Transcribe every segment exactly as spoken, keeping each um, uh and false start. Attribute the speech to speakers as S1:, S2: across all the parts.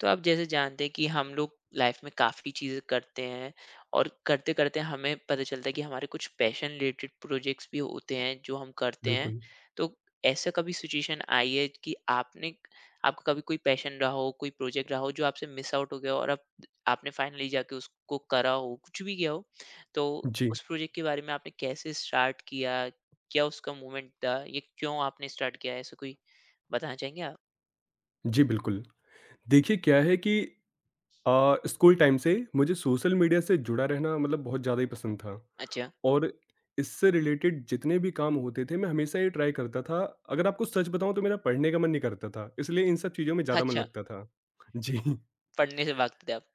S1: तो आप जैसे जानते हैं कि हम लोग लाइफ में काफ़ी चीज़ें करते हैं और करते करते हमें पता चलता है कि हमारे कुछ पैशन रिलेटेड प्रोजेक्ट्स भी होते हैं जो हम करते हैं।
S2: बिल्कुल।
S1: तो ऐसा कभी सिचुएशन आई है कि आपने आपका कभी कोई पैशन रहा हो कोई प्रोजेक्ट रहा हो जो आपसे मिस आउट हो गया हो और आप आपने फाइनली जाके उसको करा हो कुछ भी किया हो। तो
S2: जी,
S1: उस प्रोजेक्ट के बारे में आपने कैसे स्टार्ट किया, क्या उसका मूवमेंट था, ये क्यों आपने स्टार्ट किया, ऐसा कोई बताना चाहेंगे आप?
S2: जी बिल्कुल। देखिए क्या है कि अ, स्कूल टाइम से मुझे सोशल मीडिया से जुड़ा रहना मतलब बहुत ज़्यादा ही पसंद था
S1: अच्छा।
S2: और इससे रिलेटेड जितने भी काम होते थे मैं हमेशा ये ट्राई करता था। अगर आपको सच बताऊँ तो मेरा पढ़ने का मन नहीं करता था, इसलिए इन सब चीज़ों में ज़्यादा मन
S1: अच्छा,
S2: लगता था। जी।
S1: पढ़ने से भागते थे आप?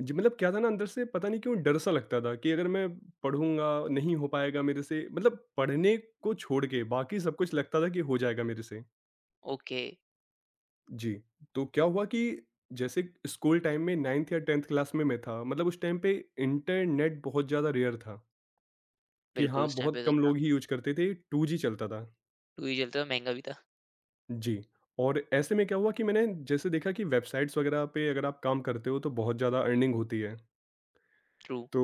S2: जी मतलब क्या था ना अंदर से पता नहीं क्यों डर सा लगता था कि अगर मैं पढ़ूँगा नहीं हो पाएगा मेरे से मतलब पढ़ने को छोड़ के बाकी सब कुछ लगता था कि हो जाएगा मेरे से।
S1: ओके।
S2: जी, तो क्या हुआ कि जैसे स्कूल टाइम में नाइंथ या टेंथ क्लास में मैं था, मतलब उस टाइम पे इंटरनेट बहुत ज़्यादा रेयर था, कि
S1: बिल्कुल,
S2: हाँ,
S1: उस टाइम
S2: बहुत
S1: पे तो
S2: कम
S1: था।
S2: लोग ही यूज़ करते थे, टू जी चलता था।
S1: दो व्हीलर तो महँगा भी था।
S2: जी, और ऐसे में क्या हुआ कि मैंने जैसे देखा कि वेबसाइट्स वगैरह पे अगर आप काम करते हो, तो बहुत ज़्यादा अर्निंग होती है।
S1: ट्रू।
S2: तो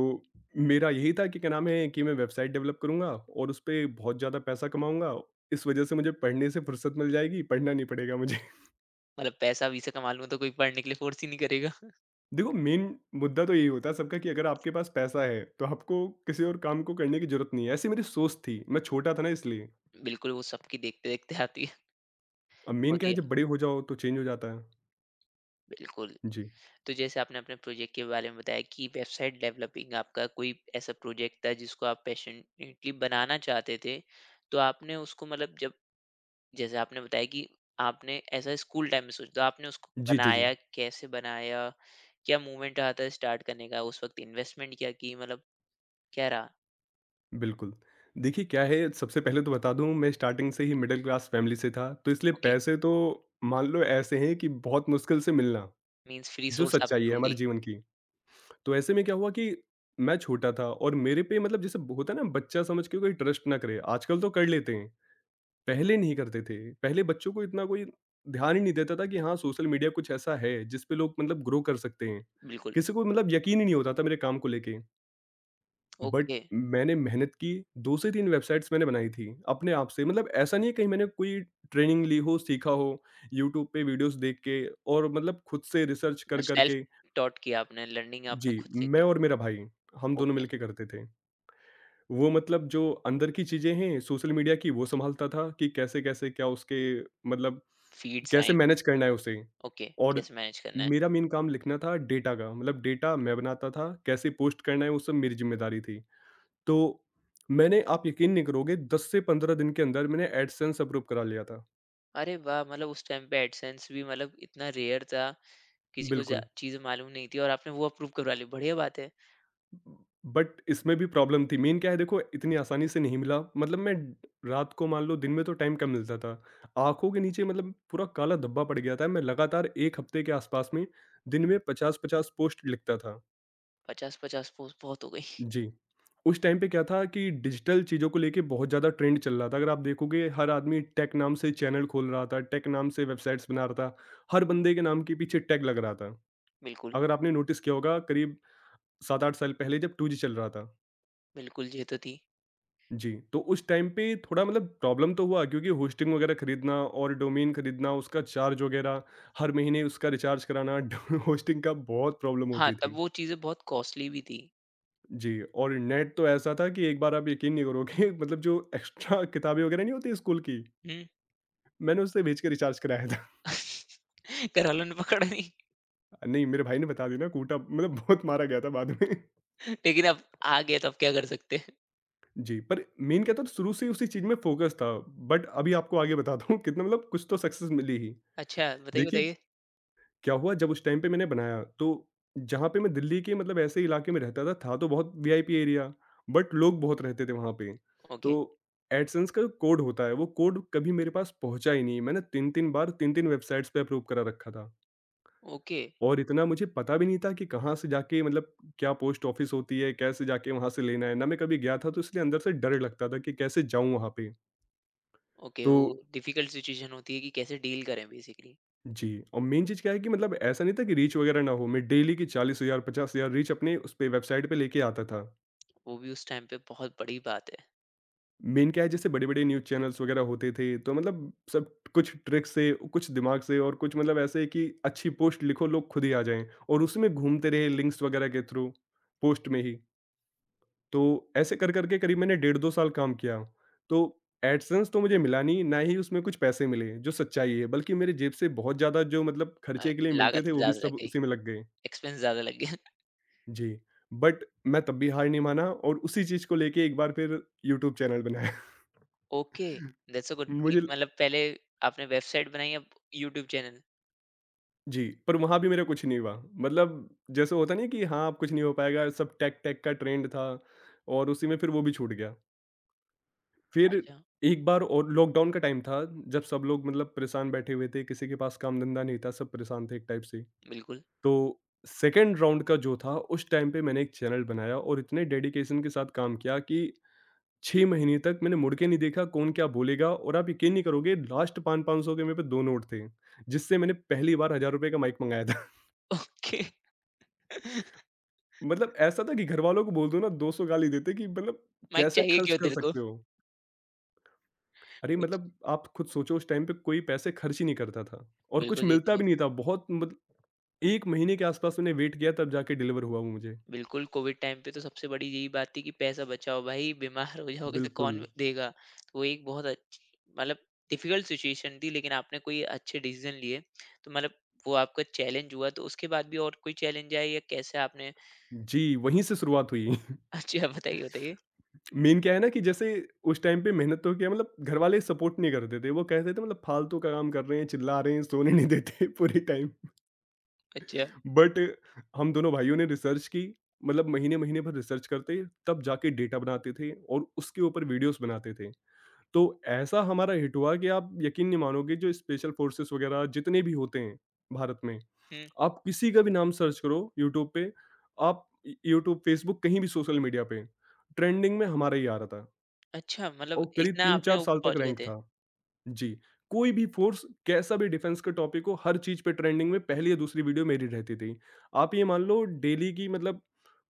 S2: मेरा यही था कि क्या नाम है कि मैं वेबसाइट डेवलप करूँगा और उसपे बहुत ज़्यादा पैसा कमाऊँगा। इस वजह से मुझे पढ़ने से फुर्सत मिल जाएगी, पढ़ना नहीं पड़ेगा मुझे।
S1: मतलब पैसा अभी से कमा लूँ तो कोई पढ़ने के लिए फ़ोर्स ही नहीं करेगा।
S2: देखो, मेन मुद्दा तो यही होता है सबका कि अगर आपके पास पैसा है, तो आपको किसी और काम को करने की ज़रूरत नहीं है। ऐसी मेरी सोच थी, मैं छोटा था ना इसलिए।
S1: बिल्कुल, वो सबकी देखते-देखते आती है।
S2: अब मेन क्या
S1: होती
S2: है
S1: है,
S2: जब बड़े हो जाओ तो चेंज हो जाता है।
S1: बिल्कुल।
S2: जी।
S1: तो जैसे आपने अपने प्रोजेक्ट के बारे में बताया कि वेबसाइट डेवलपिंग आपका कोई ऐसा प्रोजेक्ट था जिसको आप पैशनेटली बनाना चाहते थे, तो आपने उसको मतलब जब जैसे आपने बताया कि आपने ऐसा स्कूल टाइम में सोचा तो आपने उसको
S2: जी, जी, जी।
S1: बनाया, कैसे बनाया? क्या मूवमेंट रहा था स्टार्ट करने का? उस वक़्त इन्वेस्टमेंट क्या की, मतलब क्या रहा?
S2: बिल्कुल। देखिए क्या है सबसे पहले तो बता दूँ मैं स्टार्टिंग से ही मिडल क्लास फैमिली से था, तो इसलिए
S1: ओके।
S2: पैसे तो मान लो ऐसे हैं कि बहुत मुश्किल से मिलना,
S1: मीन्स फ्री
S2: जो
S1: सोर्स आपने
S2: सच्चाई है हमारे
S1: ढूँढी।
S2: जीवन की। तो ऐसे में क्या हुआ कि मैं छोटा था और मेरे पे मतलब जैसे होता है ना बच्चा समझ के कोई ट्रस्ट ना करे, आजकल तो कर लेते हैं। पहले नहीं करते थे। पहले बच्चों को इतना कोई ध्यान ही नहीं देता था कि हाँ, सोशल मीडिया कुछ ऐसा है जिस पे लोग मतलब ग्रो कर सकते हैं।
S1: बिल्कुल।
S2: किसी को मतलब यकीन ही नहीं होता था मेरे काम को लेके। But
S1: okay.
S2: मैंने मेहनत की, दो से तीन वेबसाइट्स मैंने बनाई थी अपने आप से। मतलब ऐसा नहीं है कहीं मैंने कोई ट्रेनिंग ली हो, सीखा हो, यूट्यूब पे वीडियोज़ देख के और मतलब खुद से रिसर्च कर, कर
S1: सेल्फ
S2: के
S1: टॉट किया आपने, लर्निंग आपने
S2: जी,
S1: खुद से
S2: मैं
S1: की।
S2: और मेरा भाई, हम दोनों
S1: ओके।
S2: मिलके करते थे। वो मतलब जो अंदर की चीज़ें हैं सोशल मीडिया की वो सँभालता था कि कैसे-कैसे क्या उसके मतलब
S1: फ़ीड्स
S2: कैसे
S1: आएँगी।
S2: मैनेज करना है उसे,
S1: ओके,
S2: और
S1: कैसे मैनेज करना है।
S2: मेरा मेन काम लिखना था डेटा का मतलब डेटा मैं बनाता था कैसे पोस्ट करना है वो सब मेरी जिम्मेदारी थी। तो मैंने, आप यकीन नहीं करोगे, दस से पंद्रह दिन के अंदर मैंने एडसेंस अप्रूव करा लिया था।
S1: अरे वाह! मतलब उस टाइम पे एडसेंस भी मतलब इतना रेयर था, किसी को जा
S2: बिल्कुल,
S1: चीज़ें मालूम नहीं थी और आपने वो अप्रूव करवा ली, बढ़िया बात है।
S2: बट इसमें भी प्रॉब्लम थी। मेन क्या है देखो, इतनी आसानी से नहीं मिला। मतलब मैं रात को, मान लो दिन में तो टाइम कम मिलता था, आंखों के नीचे मतलब पूरा काला धब्बा पड़ गया था। मैं लगातार एक हफ्ते के आसपास में दिन में पचास पचास पोस्ट लिखता था।
S1: पचास पचास पोस्ट बहुत हो गई।
S2: जी। उस टाइम पे क्या था कि डिजिटल चीज़ों को लेके बहुत ज़्यादा ट्रेंड चल रहा था। अगर आप देखोगे हर आदमी टेक नाम से चैनल खोल रहा था, टेक नाम से वेबसाइट्स बना रहा था। हर बंदे के नाम के पीछे टैग लग रहा था।
S1: बिल्कुल।
S2: अगर आपने नोटिस किया होगा करीब सात आठ साल पहले जब टू जी चल रहा था।
S1: बिल्कुल ये तो थी।
S2: जी, तो उस टाइम पे थोड़ा मतलब प्रॉब्लम तो हुआ क्योंकि होस्टिंग वगैरह खरीदना और डोमेन खरीदना, उसका चार्ज वगैरह, हर महीने उसका रिचार्ज कराना, होस्टिंग का बहुत प्रॉब्लम
S1: हाँ,
S2: होती
S1: तब
S2: थी।
S1: वो चीज़ें बहुत कॉस्टली भी थी।
S2: जी, और नेट तो ऐसा था कि एक बार आप यकीन नहीं करोगे मतलब जो एक्स्ट्रा किताबें वगैरह नहीं होती स्कूल की,
S1: हुँ।
S2: मैंने उससे भेज के रिचार्ज कराया था।
S1: घरवालों ने पकड़ा नहीं?
S2: नहीं, मेरे भाई ने बता दिया ना, कूटा मतलब बहुत मारा गया था बाद में।
S1: लेकिन अब आ गया तो अब क्या कर सकते हैं।
S2: जी, पर मेन क्या था शुरू से ही उसी चीज़ में फ़ोकस था, बट अभी आपको आगे बताता हूँ कितना मतलब कुछ तो सक्सेस मिली ही।
S1: अच्छा, बताइए,
S2: देखिए
S1: बताइए।
S2: क्या हुआ, जब उस टाइम पे मैंने बनाया, तो जहाँ पे मैं दिल्ली के मतलब ऐसे इलाके में रहता था, था तो बहुत वीआईपी एरिया बट लोग बहुत रहते थे वहाँ पे। तो
S1: ओके,
S2: एडसेंस का कोड होता है, वो कोड कभी मेरे पास पहुँचा ही नहीं। मैंने तीन तीन बार तीन तीन वेबसाइट्स पे अप्रूव करा रखा था,
S1: ओके।
S2: और इतना मुझे पता भी नहीं था कि कहाँ से जाके मतलब क्या पोस्ट ऑफिस होती है, कैसे जाके वहाँ से लेना है। ना मैं कभी गया था तो इसलिए अंदर से डर लगता था कि कैसे जाऊँ वहाँ पे।
S1: ओके,
S2: तो
S1: वो डिफिकल्ट सिचुएशन होती है कि कैसे डील करें बेसिकली।
S2: जी, और मेन चीज़ क्या है कि मतलब ऐसा नहीं था कि रीच वगैरह ना हो, मैं डेली की चालीस हज़ार पचास हज़ार रीच अपने उस पे वेबसाइट पे लेके आता था।
S1: वो भी उस टाइम पे बहुत बड़ी बात है।
S2: मेन क्या है, जैसे बड़े-बड़े न्यूज़ चैनल्स वगैरह होते थे, तो मतलब सब कुछ ट्रिक से, कुछ दिमाग से, और कुछ मतलब ऐसे है कि अच्छी पोस्ट लिखो, लोग खुद ही आ जाएँ और उसी में घूमते रहे लिंक्स वगैरह के थ्रू, पोस्ट में ही। तो ऐसे कर-कर के करीब मैंने डेढ़ दो साल काम किया। तो एडसेंस तो मुझे मिला नहीं, ना ही उसमें कुछ पैसे मिले, जो सच्चाई है, बल्कि मेरी जेब से बहुत ज़्यादा जो मतलब
S1: अ,
S2: खर्चे के लिए मिलते
S1: लागत
S2: थे, वो भी
S1: ज्यादा लग
S2: सब
S1: गई,
S2: उसी में लग गए।
S1: एक्सपेंस ज्यादा लग गया।
S2: जी, बट मैं तब भी हार नहीं माना और उसी चीज़ को लेके एक बार फिर यूट्यूब चैनल बनाया।
S1: ओके। That's a good.
S2: मुझे ल
S1: मतलब पहले आपने वेबसाइट बनाई, अब यूट्यूब चैनल।
S2: जी, पर वहाँ भी मेरा कुछ नहीं हुआ। मतलब जैसे होता नहीं है कि हाँ, अब कुछ नहीं हो पाएगा, सब टेक-टेक का ट्रेंड था और उसी में फिर वो भी छूट गया। फिर
S1: अच्छा।
S2: एक बार और लॉकडाउन का टाइम था, जब सब लोग मतलब परेशान बैठे हुए थे, किसी के पास काम-धंधा नहीं था, सब परेशान थे एक टाइप से।
S1: बिल्कुल।
S2: तो सेकंड राउंड का जो था, उस टाइम पे मैंने एक चैनल बनाया और इतने डेडिकेशन के साथ काम किया कि छह महीने तक मैंने मुड़ के नहीं देखा कौन क्या बोलेगा। और आप यकीन नहीं करोगे, लास्ट पाँच 500 के मेरे पे दो नोट थे, जिससे मैंने पहली बार ₹हज़ार का माइक मँगाया था।
S1: ओके।
S2: मतलब ऐसा था कि घरवालों को बोल दो ना, दो सौ गाली देते कि मतलब
S1: माइक
S2: कैसे
S1: चाहिए
S2: खर्च
S1: क्यों
S2: कर
S1: तेरे को?
S2: सकते हो? अरे
S1: कुछ।
S2: मतलब आप खुद सोचो उस टाइम पे कोई पैसे खर्च ही नहीं करता था और कुछ
S1: बिल्कुल ये
S2: मिलता
S1: तो।
S2: भी नहीं था बहुत। मत एक महीने के आसपास मैंने वेट किया तब जाके डिलीवर हुआ वो मुझे।
S1: बिल्कुल, कोविड टाइम पे तो सबसे बड़ी यही बात थी कि पैसा बचाओ भाई, बीमार हो जाओगे तो
S2: बिल्कुल।
S1: कौन देगा? तो वो एक बहुत अच्छी मतलब डिफ़िकल्ट सिचुएशन थी, लेकिन आपने कोई अच्छे डिसीज़न लिए। तो मतलब वो आपका चैलेंज हुआ, तो उसके बाद भी और कोई चैलेंज आए या कैसे आपने?
S2: जी, वहीं से शुरुआत हुई।
S1: अच्छा, बताइए, बताइए?
S2: मेन क्या है ना कि जैसे उस टाइम पे मेहनत तो किया, मतलब घरवाले सपोर्ट नहीं करते थे। वो कहते थे मतलब फालतू का काम कर रहे हैं, चिल्ला रहे हैं, सोने नहीं देते पूरे टाइम।
S1: अच्छा।
S2: बट हम दोनों भाइयों ने रिसर्च की, मतलब महीने-महीने भर रिसर्च करते, तब जाके डेटा बनाते थे और उसके ऊपर वीडियोज़ बनाते थे। तो ऐसा हमारा हिट हुआ कि आप यकीन नहीं मानोगे, जो स्पेशल फोर्सेस वगैरह जितने भी होते हैं भारत में,
S1: हुँ।
S2: आप किसी का भी नाम सर्च करो यूट्यूब पे, आप यूट्यूब, फेसबुक, कहीं भी सोशल मीडिया पे, ट्रेंडिंग में हमारा ही आ रहा था।
S1: अच्छा, मतलब
S2: और करीब
S1: इतना आपने
S2: तीन चार
S1: ऊपर
S2: साल तक
S1: पहुँच गए
S2: रैंक
S1: थे।
S2: था। जी, कोई भी फोर्स, कैसा भी डिफेंस का टॉपिक हो, हर चीज़ पे ट्रेंडिंग में पहली या दूसरी वीडियो मेरी रहती थी। आप ये मान लो डेली की मतलब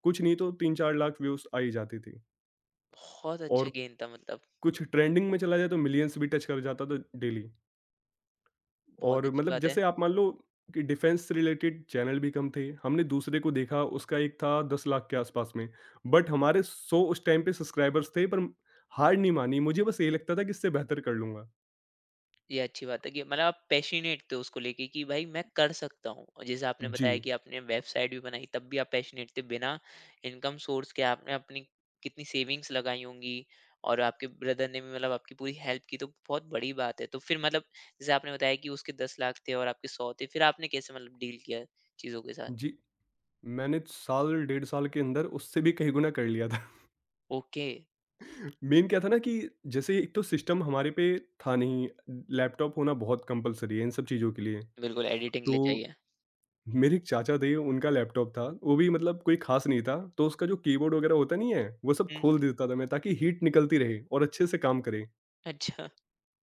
S2: कुछ नहीं तो तीन चार लाख व्यूज़ आ ही जाती थी,
S1: बहुत अच्छा
S2: और
S1: गेम था मतलब।
S2: कुछ ट्रेंडिंग में चला जाए तो मिलियंस भी टच कर जाता था डेली।
S1: बहुत
S2: और
S1: अच्छी
S2: मतलब
S1: बात है।
S2: जैसे आप मान लो कि डिफेंस से रिलेटेड चैनल भी कम थे। हमने दूसरे को देखा, उसका एक था दस लाख के आसपास में, बट हमारे सौ उस टाइम पे सब्सक्राइबर्स थे, पर हार नहीं मानी। मुझे बस ये लगता था कि इससे बेहतर कर लूँगा।
S1: ये अच्छी बात है कि मतलब आप पैशनेट थे उसको लेके कि भाई मैं कर सकता हूँ, और जैसे आपने
S2: जी,
S1: बताया कि आपने वेबसाइट भी बनाई तब भी आप पैशनेट थे, बिना इनकम सोर्स के आपने अपनी कितनी सेविंग्स लगाई होंगी और आपके ब्रदर ने भी मतलब आपकी पूरी हेल्प की, तो बहुत बड़ी बात है। तो फिर मतलब जैसे आपने बताया कि उसके दस लाख थे और आपके सौ थे, फिर आपने कैसे मतलब डील किया चीज़ों के साथ?
S2: जी। मैंने साल डेढ़ साल के अंदर उससे भी कई गुना कर लिया था।
S1: ओके।
S2: मेन क्या था ना कि जैसे एक तो सिस्टम हमारे पे था नहीं, लैपटॉप होना बहुत कंपलसरी है इन सब चीज़ों के लिए।
S1: बिल्कुल एडिटिंग के
S2: तो
S1: लिए चाहिए।
S2: मेरे एक चाचा थे, उनका लैपटॉप था, वो भी मतलब कोई खास नहीं था, तो उसका जो कीबोर्ड वगैरह होता नहीं है वो सब
S1: हम्म,
S2: खोल देता था मैं, ताकि हीट निकलती रहे और अच्छे से काम करे,
S1: अच्छा।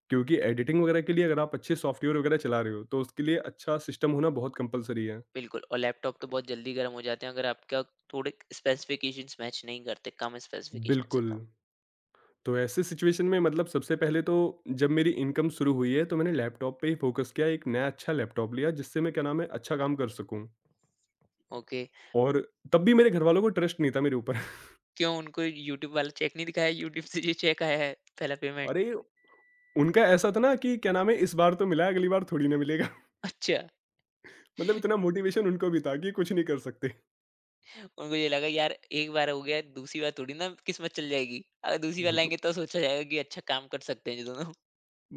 S2: क्योंकि एडिटिंग वगैरह के लिए अगर आप अच्छे सॉफ्टवेयर वगैरह चला रहे हो तो उसके लिए अच्छा सिस्टम होना बहुत कंपलसरी है।
S1: बिल्कुल, और लैपटॉप तो बहुत जल्दी गर्म हो जाते हैं अगर आपका थोड़े स्पेसिफिकेशंस मैच नहीं करते, कम स्पेसिफिकेशंस है
S2: बिल्कुल।
S1: तो।
S2: तो ऐसे सिचुएशन में, मतलब सबसे पहले तो जब मेरी इनकम शुरू हुई है तो मैंने लैपटॉप पे ही फोकस किया, एक नया अच्छा लैपटॉप लिया जिससे मैं क्या नाम है अच्छा काम कर सकूं।
S1: ओके,
S2: और तब भी मेरे घर वालों को ट्रस्ट नहीं था मेरे ऊपर।
S1: क्यों उनको यूट्यूब वाला चेक नहीं दिखाया, यूट्यूब से ये चेक आया है, पहला पेमेंट?
S2: अरे, उनका ऐसा था ना कि क्या नाम है, इस बार तो मिला, अगली बार थोड़ी ना मिलेगा।
S1: अच्छा,
S2: मतलब इतना मोटिवेशन उनको भी था कि कुछ नहीं कर सकते।
S1: उनको ये लगा यार एक बार हो गया, दूसरी बार थोड़ी ना किस्मत चल जाएगी। अगर दूसरी बार
S2: वही तो,
S1: लाएँगे तो सोचा जाएगा कि अच्छा काम कर सकते हैं ये दोनों।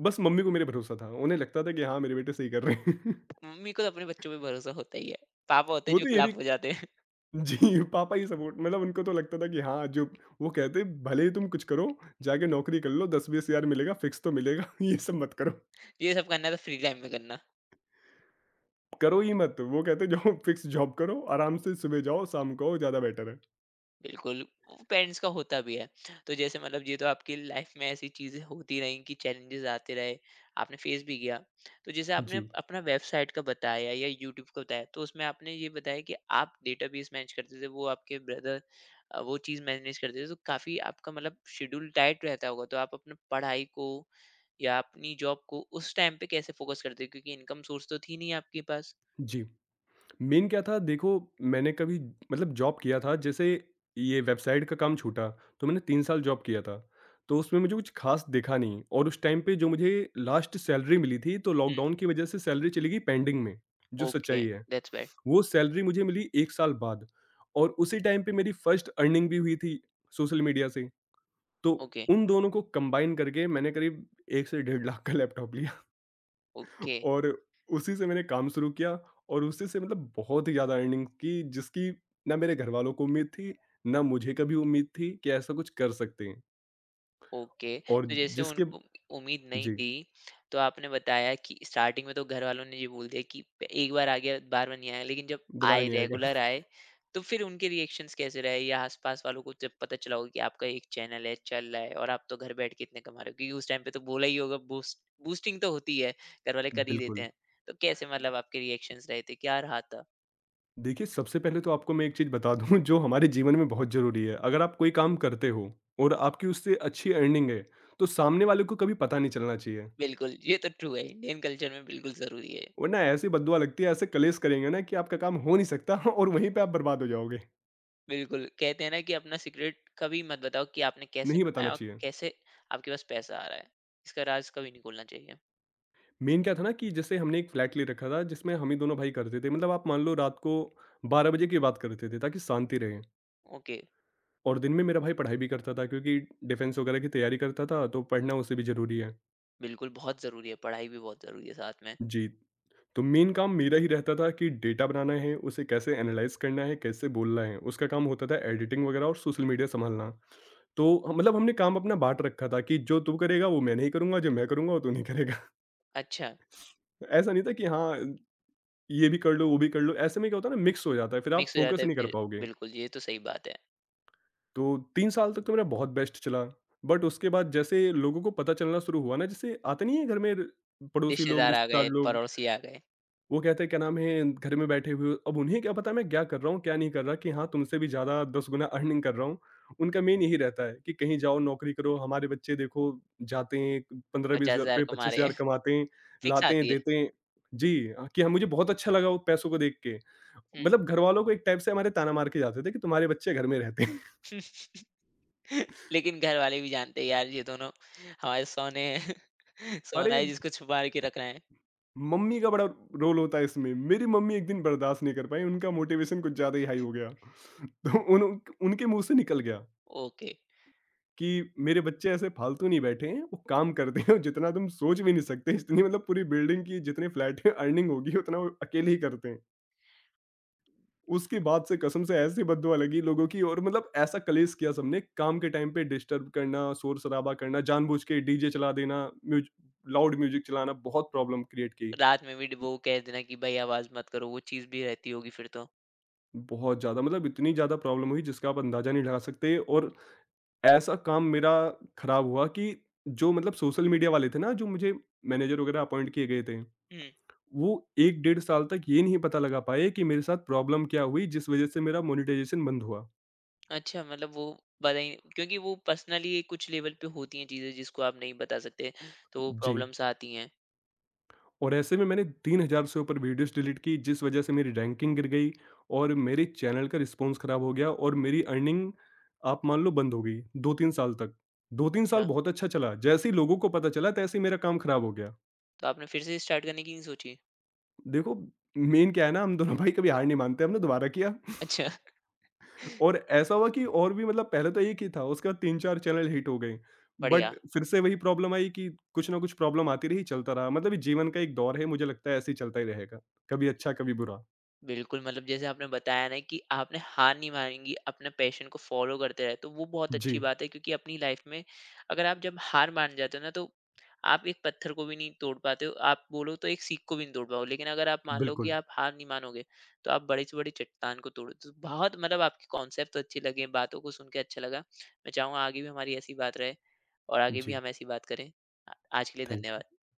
S2: बस मम्मी को मेरे भरोसा था, उन्हें लगता था कि हाँ मेरे बेटे सही कर रहे हैं।
S1: मम्मी को तो अपने बच्चों पे भरोसा होता ही है, पापा होते हैं
S2: वो
S1: जो
S2: तो ये भी,
S1: खिलाफ हो जाते हैं।
S2: जी, पापा ही सपोर्ट, मतलब उनको तो लगता था कि हाँ, जो वो कहते भले ही तुम कुछ करो, जाके नौकरी कर लो, दस से बीस हज़ार मिलेगा, फिक्स तो मिलेगा, ये सब मत करो।
S1: ये सब करना तो फ्री टाइम में करना।
S2: करो ही मत, वो कहते जो फिक्स जॉब करो, आराम से सुबह जाओ, शाम को आओ, ज़्यादा बेटर है।
S1: बिल्कुल, वो पेरेंट्स का होता भी है। तो जैसे मतलब ये तो आपकी लाइफ में ऐसी चीज़ें होती रहीं कि चैलेंजेस आते रहे, आपने फेस भी किया। तो जैसे आपने
S2: जी,
S1: अपना वेबसाइट का बताया या यूट्यूब का बताया, तो उसमें आपने ये बताया कि आप डेटाबेस मैनेज करते थे, वो आपके ब्रदर अ, वो चीज़ मैनेज करते थे, तो काफ़ी आपका मतलब शेड्यूल टाइट रहता होगा। तो आप अपनी पढ़ाई को या अपनी जॉब को उस टाइम पे कैसे फोकस करते? क्योंकि इनकम सोर्स तो थी नहीं आपके पास।
S2: जी। मेन क्या था, देखो मैंने कभी, मतलब जॉब किया था, जैसे ये वेबसाइट का काम छूटा, तो मैंने तीन साल जॉब किया था, तो उसमें मुझे कुछ खास दिखा नहीं और उस टाइम पे जो मुझे लास्ट सैलरी मिली थी, तो
S1: हुँ।
S2: लॉकडाउन की वजह से सैलरी चली गई पेंडिंग में, जो
S1: ओके,
S2: सच्चाई है।
S1: That's bad.
S2: वो सैलरी मुझे मिली एक साल बाद और उसी टाइम पे मेरी फर्स्ट अर्निंग भी हुई थी सोशल मीडिया से। तो
S1: ओके,
S2: उन दोनों को कंबाइन करके मैंने करीब एक से डेढ़ लाख का लैपटॉप लिया।
S1: ओके।
S2: और उसी से मैंने काम शुरू किया और उसी से, मतलब बहुत ही ज़्यादा अर्निंग की जिसकी ना मेरे घरवालों को उम्मीद थी, ना मुझे कभी उम्मीद थी कि ऐसा कुछ कर सकते हैं।
S1: ओके,
S2: और
S1: तो जैसे
S2: जिसके,
S1: उनको उम्मीद नहीं
S2: जी,
S1: थी, तो आपने बताया कि स्टार्टिंग में तो घर वालों ने ये बोल दिया कि प- एक बार आ गया, बार बार नहीं आया, लेकिन जब
S2: दोबारा
S1: आए
S2: नहीं आएगा।
S1: रेगुलर आए, तो फिर उनके रिएक्शंस कैसे रहे या आसपास वालों को जब पता चला होगा कि आपका एक चैनल है चल रहा है और आप तो घर बैठ के इतने कमा रहे हो, क्योंकि उस टाइम पे तो बोला ही होगा। बूस्ट बूस्टिंग तो होती है, घर वाले कर ही देते
S2: बिल्कुल।
S1: हैं। तो कैसे मतलब आपके रिएक्शंस रहे थे, क्या रहा था?
S2: देखिए, सबसे पहले तो आपको मैं एक चीज़ बता दूँ जो हमारे जीवन में बहुत ज़रूरी है। अगर आप कोई काम करते हो और आपकी उससे अच्छी अर्निंग है, तो सामने वाले को कभी पता नहीं चलना चाहिए।
S1: बिल्कुल ये तो ट्रू है, इंडियन कल्चर में बिल्कुल जरूरी है।
S2: वरना ऐसी बददुआ लगती है, ऐसे कलेश करेंगे ना कि आपका काम हो नहीं सकता। और वहीं पे आप बर्बाद हो जाओगे।
S1: बिल्कुल, कहते हैं ना कि अपना सीक्रेट कभी मत बताओ कि आपने कैसे
S2: नहीं बताना
S1: कमाया और
S2: चाहिए।
S1: कैसे आपके पास पैसा आ रहा है। इसका राज़ कभी नहीं खोलना चाहिए।
S2: मेन क्या था ना कि जैसे हमने एक फ्लैट ले रखा था जिसमें हम ही दोनों भाई करते थे। मतलब आप मान लो रात को बारह बजे की बात करते थे ताकि शांति रहे
S1: ओके।
S2: और दिन में मेरा भाई पढ़ाई भी करता था क्योंकि डिफेंस वगैरह की तैयारी करता था, तो पढ़ना उसे भी ज़रूरी है।
S1: बिल्कुल बहुत ज़रूरी है, पढ़ाई भी बहुत ज़रूरी है साथ में।
S2: जी। तो मेन काम मेरा ही रहता था कि डेटा बनाना है, उसे कैसे एनालाइज़ करना है, कैसे बोलना है। उसका काम होता था एडिटिंग वगैरह और सोशल मीडिया सँभालना। तो हम- मतलब हमने काम अपना बाँट रखा था कि जो तू करेगा वो मैं नहीं करूँगा, जो मैं करूँगा वो तू नहीं करेगा।
S1: अच्छा।
S2: ऐसा नहीं था कि हाँ, ये भी कर लो, वो भी कर लो। ऐसे में क्या होता है ना मिक्स हो जाता है, फिर आप
S1: मिक्स हो जाता
S2: फ़ोकस
S1: है
S2: नहीं कर
S1: फिर
S2: पाओगे।
S1: बिल्कुल, ये तो सही बात है।
S2: तो तीन साल तक तो मेरा बहुत बेस्ट चला। बट उसके बाद जैसे लोगों को पता चलना शुरू हुआ ना, जैसे आता नहीं है घर में र पड़ोसी लोग,
S1: रिश्तेदार आ
S2: रिश्तेदार
S1: गए,
S2: लोग
S1: पड़ोसी आ गए,
S2: वो कहते हैं क्या नाम है, घर में बैठे हुए हो। अब उन्हें क्या पता मैं क्या कर रहा हूँ, क्या नहीं कर रहा कि हाँ, तुमसे भी ज़्यादा दस गुना अर्निंग कर रहा हूँ। उनका मेन यही रहता है कि कहीं जाओ नौकरी करो, हमारे बच्चे देखो जाते हैं, पंद्रह से बीस हज़ार
S1: पचास हज़ार
S2: रुपए,
S1: कमा
S2: पच्चीस
S1: रहे
S2: हज़ार
S1: हैं,
S2: कमाते हैं,
S1: फिक्स
S2: लाते हैं,
S1: आती है।
S2: देते हैं। जी, अ, कि हाँ, मुझे बहुत अच्छा लगा वो पैसों को देख के।
S1: हुँ।
S2: मतलब घरवालों को एक टाइप से हमारे ताना मार के जाते थे कि तुम्हारे बच्चे घर में रहते हैं।
S1: लेकिन घर वाले भी जानते हैं यार ये दोनों हमारे सोने हैं, सोना
S2: अरे!
S1: है जिसको छुपा के रख रहे हैं।
S2: मम्मी का बड़ा रोल होता है इसमें। मेरी मम्मी एक दिन बर्दाश्त नहीं कर पाईं, उनका मोटिवेशन कुछ ज़्यादा ही हाई हो गया। तो उन उनके मुँह से निकल गया।
S1: ओके,
S2: कि मेरे बच्चे ऐसे फ़ालतू नहीं बैठे हैं, वो काम करते हैं और जितना तुम सोच भी नहीं सकते इतनी, मतलब पूरी बिल्डिंग की जितने फ्लैट हैं अर्निंग होगी उतना वो अकेले ही करते हैं। उसके बाद से कसम से ऐसी बददुआ लगी लोगों की और मतलब ऐसा कलेश किया सबने, काम के टाइम पे डिस्टर्ब करना, शोर-शराबा करना, जानबूझ के डीजे चला देना, म्यूज लाउड म्यूज़िक चलाना, बहुत प्रॉब्लम क्रिएट की।
S1: रात में भी ड वो कह देना कि भाई आवाज़ मत करो, वो चीज़ भी रहती होगी फिर तो।
S2: बहुत ज़्यादा, मतलब इतनी ज़्यादा प्रॉब्लम हुई जिसका आप अंदाज़ा नहीं लगा सकते और ऐसा काम मेरा खराब हुआ कि जो मतलब सोशल मीडिया वाले थे ना, जो मुझे मैनेजर वगैरह अपॉइंट किए गए थे।
S1: हुँ।
S2: वो एक डेढ़ साल तक ये नहीं पता लगा पाए कि मेरे साथ प्रॉब्लम क्या हुई जिस वज़ह से मेरा मोनेटाइज़ेशन बंद हुआ।
S1: अच्छा मतलब वो बताई क्योंकि वो पर्सनली कुछ लेवल पे होती हैं चीज़ें जिसको आप नहीं बता सकते, तो वो
S2: जी,
S1: प्रॉब्लम्स आती हैं।
S2: और ऐसे में मैंने तीन हज़ार से ऊपर वीडियोज़ डिलीट की जिस वज़ह से मेरी रैंकिंग गिर गई और मेरे चैनल का रिस्पॉन्स खराब हो गया और मेरी अर्निंग आप मान लो बंद हो गई दो तीन साल तक। दो तीन साल
S1: अच्छा,
S2: बहुत अच्छा चला, जैसे ही लोगों को पता चला तैसे ही मेरा काम खराब हो गया।
S1: तो आपने फिर से स्टार्ट करने की नहीं सोची?
S2: देखो, मेन क्या है ना, हम दोनों भाई कभी हार नहीं मानते, हमने दोबारा किया।
S1: अच्छा,
S2: और ऐसा हुआ कि और भी, मतलब पहले तो एक ही था, उसके बाद तीन चार चैनल हिट हो गए।
S1: बढ़िया।
S2: बट फिर से वही प्रॉब्लम आई कि कुछ ना कुछ प्रॉब्लम आती रही, चलता रहा। मतलब ये जीवन का एक दौर है, मुझे लगता है ऐसे ही चलता ही रहेगा। कभी अच्छा, कभी बुरा।
S1: बिल्कुल, मतलब जैसे आपने बताया ना कि आपने हार नहीं मानेंगी, अपने पैशन को फ़ॉलो करते रहे, तो वो बहुत अच्छी
S2: जी,
S1: बात है, क्योंकि अपनी लाइफ़ में अगर आप जब हार मान जाते हो ना, तो आप एक पत्थर को भी नहीं तोड़ पाते हो, आप बोलो तो एक सीख को भी नहीं तोड़ पाओ, लेकिन अगर आप मान लो कि
S2: बिल्कुल।
S1: आप हार नहीं मानोगे, तो आप बड़ी से बड़ी चट्टान को तोड़ो। तो बहुत मतलब आपके कॉन्सेप्ट तो अच्छे लगे, बातों को सुन के अच्छा लगा। मैं चाहूँगा आगे भी हमारी ऐसी बात रहे और आगे भी
S2: जी,
S1: हम ऐसी बात करें। आ आज के लिए
S2: थैंक यू।
S1: धन्यवाद।